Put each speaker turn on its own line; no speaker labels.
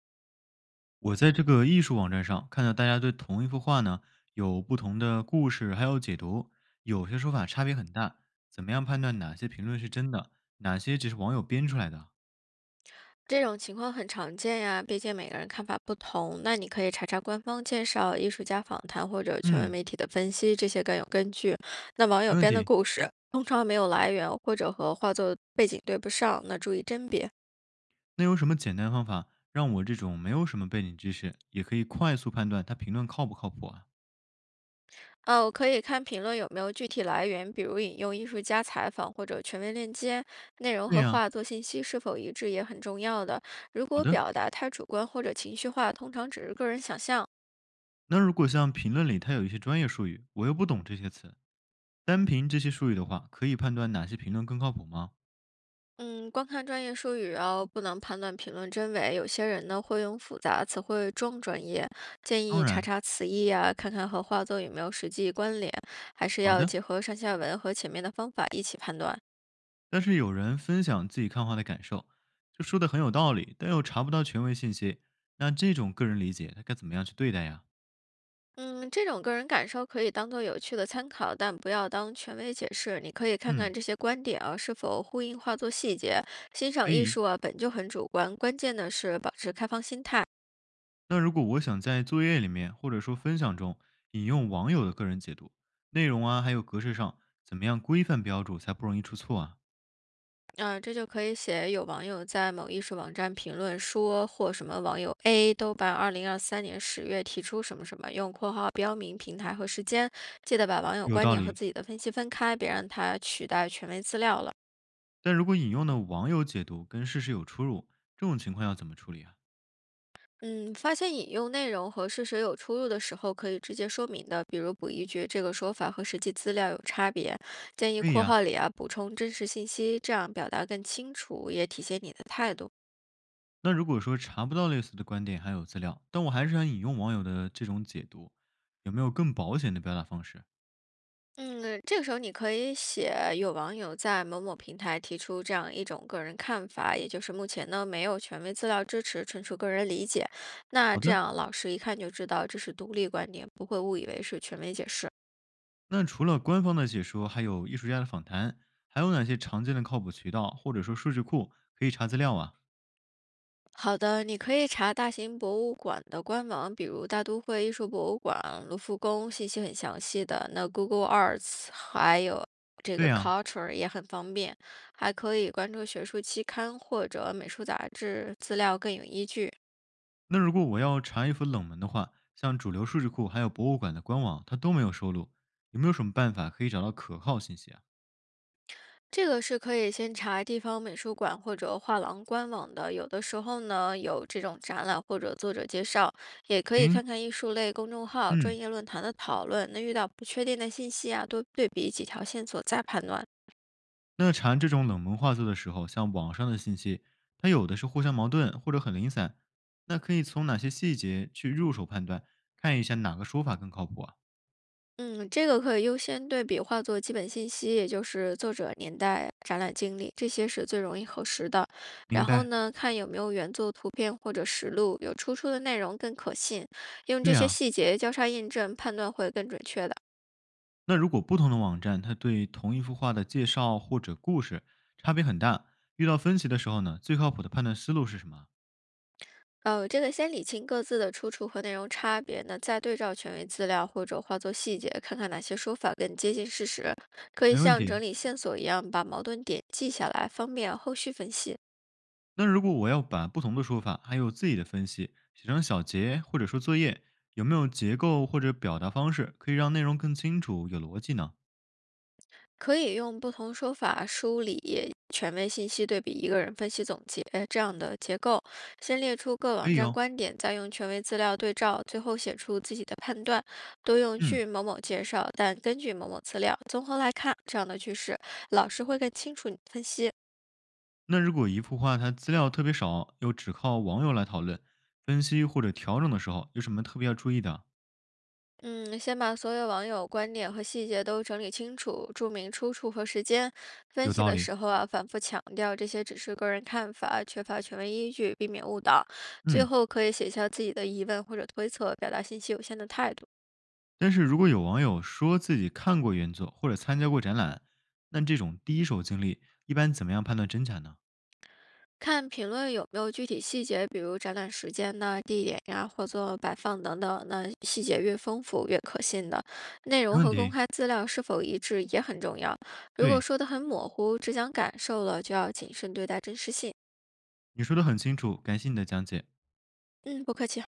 我在这个艺术网站上看到大家对同一幅画呢有不同的故事，还有解读，有些说法差别很大。怎么样判断哪些评论是真的，哪些只是网友编出来的？
这种情况很常见呀，毕竟每个人看法不同。那你可以查查官方介绍、艺术家访谈或者权威
嗯，
媒体的分析，这些更有根据。那网友
没问
编的
题。
故事通常没有来源，或者和画作背景对不上，那注意甄别。
那有什么简单方法让我这种没有什么背景知识，也可以快速判断他评论靠不靠谱啊？
哦，可以看评论有没有具体来源，比如引用艺术家采访或者权威链接，内容
对
和
呀、
画作信息是否一致也很重要的。如
好
果
的。
表达太主观或者情绪化，通常只是个人想象。
那如果像评论里它有一些专业术语，我又不懂这些词，单凭这些术语的话，可以判断哪些评论更靠谱吗？
嗯，光看专业术语哦，不能判断评论真伪。有些人呢会用复杂词汇装专业，建
当
议查
然，
查词义啊，看看和画作有没有实际关联，还是
好
要
的。
结合上下文和前面的方法一起判断。
但是有人分享自己看画的感受，就说的很有道理，但又查不到权威信息，那这种个人理解，他该怎么样去对待呀？
嗯，这种个人感受可以当做有趣的参考，但不要当权威解释。你可以看看
嗯，
这些观点啊是否呼应画作细节。欣赏
可
艺
以，
术啊本就很主观，关键的是保持开放心态。
那如果我想在作业里面或者说分享中引用网友的个人解读内容啊，还有格式上，怎么样规范标注才不容易出错啊？
嗯，这就可以写有网友在某艺术网站评论说，或什么网友 A 都瓣2023年10月提出什么什么，用括号标明平台和时间，记得把网友
有
观
道
点和
理。
自己的分析分开，别让它取代权威资料了。
但如果引用的网友解读跟事实有出入，这种情况要怎么处理啊？
嗯，发现引用内容和事实有出入的时候，可以直接说明的，比如补一句“这个说法和实际资料有差别”，建议
可以
括
呀，
号里啊补充真实信息，这样表达更清楚，也体现你的态度。
那如果说查不到类似的观点还有资料，但我还是想引用网友的这种解读，有没有更保险的表达方式？
嗯，这个时候你可以写有网友在某某平台提出这样一种个人看法，也就是目前呢没有权威资料支持，纯属个人理解。那
好
这
的，
样老师一看就知道这是独立观点，不会误以为是权威解释。
那除了官方的解说，还有艺术家的访谈，还有哪些常见的靠谱渠道或者说数据库可以查资料啊？
好的，你可以查大型博物馆的官网，比如大都会艺术博物馆、卢浮宫，信息很详细的。那 Google Arts 还有这
对
个
呀、
Culture 也很方便，还可以关注学术期刊或者美术杂志，资料更有依据。
那如果我要查一幅冷门的话，像主流数据库还有博物馆的官网，它都没有收录，有没有什么办法可以找到可靠信息啊？
这个是可以先查地方美术馆或者画廊官网的，有的时候呢有这种展览或者作者介绍，也可以
行，
看看艺术类公众号、专
嗯，
业论坛的讨论。那遇到不确定的信息啊，多对比几条线索再判断。
那查这种冷门画作的时候，像网上的信息，它有的是互相矛盾或者很零散，那可以从哪些细节去入手判断，看一下哪个说法更靠谱啊？
嗯，这个可以优先对比画作基本信息，也就是作者、年代、展览经历，这些是最容易核实的。然
明
后
白，
呢，看有没有原作图片或者实录，有出处的内容更可信。用这
对
些
啊。
细节交叉印证，判断会更准确的。
那如果不同的网站，它对同一幅画的介绍或者故事差别很大，遇到分歧的时候呢，最靠谱的判断思路是什么啊？
这个先理清各自的出处和内容差别呢，那再对照权威资料或者化作细节，看看哪些说法更接近事实。可以
没问
像整
题。
理线索一样把矛盾点记下来，方便后续分析。
那如果我要把不同的说法还有自己的分析写成小结或者说作业，有没有结构或者表达方式可以让内容更清楚、有逻辑呢？
可以用不同说法梳理权威信息，对比一个人分析总结这样的结构。先列出各网
可以
站
哦。
观点，再用权威资料对照，最后写出自己的判断。多用据
嗯，
某某介绍，但根据某某资料综合来看，这样的句式老师会更清楚你分析。
那如果一幅画它资料特别少，又只靠网友来讨论、分析或者调整的时候，有什么特别要注意的？
嗯，先把所有网友观点和细节都整理清楚，注明出处和时间。分
有
析
道
的
理。
时候啊，反复强调这些只是个人看法，缺乏权威依据，避免误导。最
嗯，
后可以写下自己的疑问或者推测，表达信息有限的态度。
但是如果有网友说自己看过原作或者参加过展览，那这种第一手经历一般怎么样判断真假呢？
看评论有没有具体细节，比如展览时间呐、地点呀、或作摆放等等。那细节越丰富越可信的，内
没
容
问
和公
题。
开资料是否一致也很重要。如果
对，
说的很模糊，只讲感受了，就要谨慎对待真实性。
你说的很清楚，感谢你的讲解。
嗯，不客气。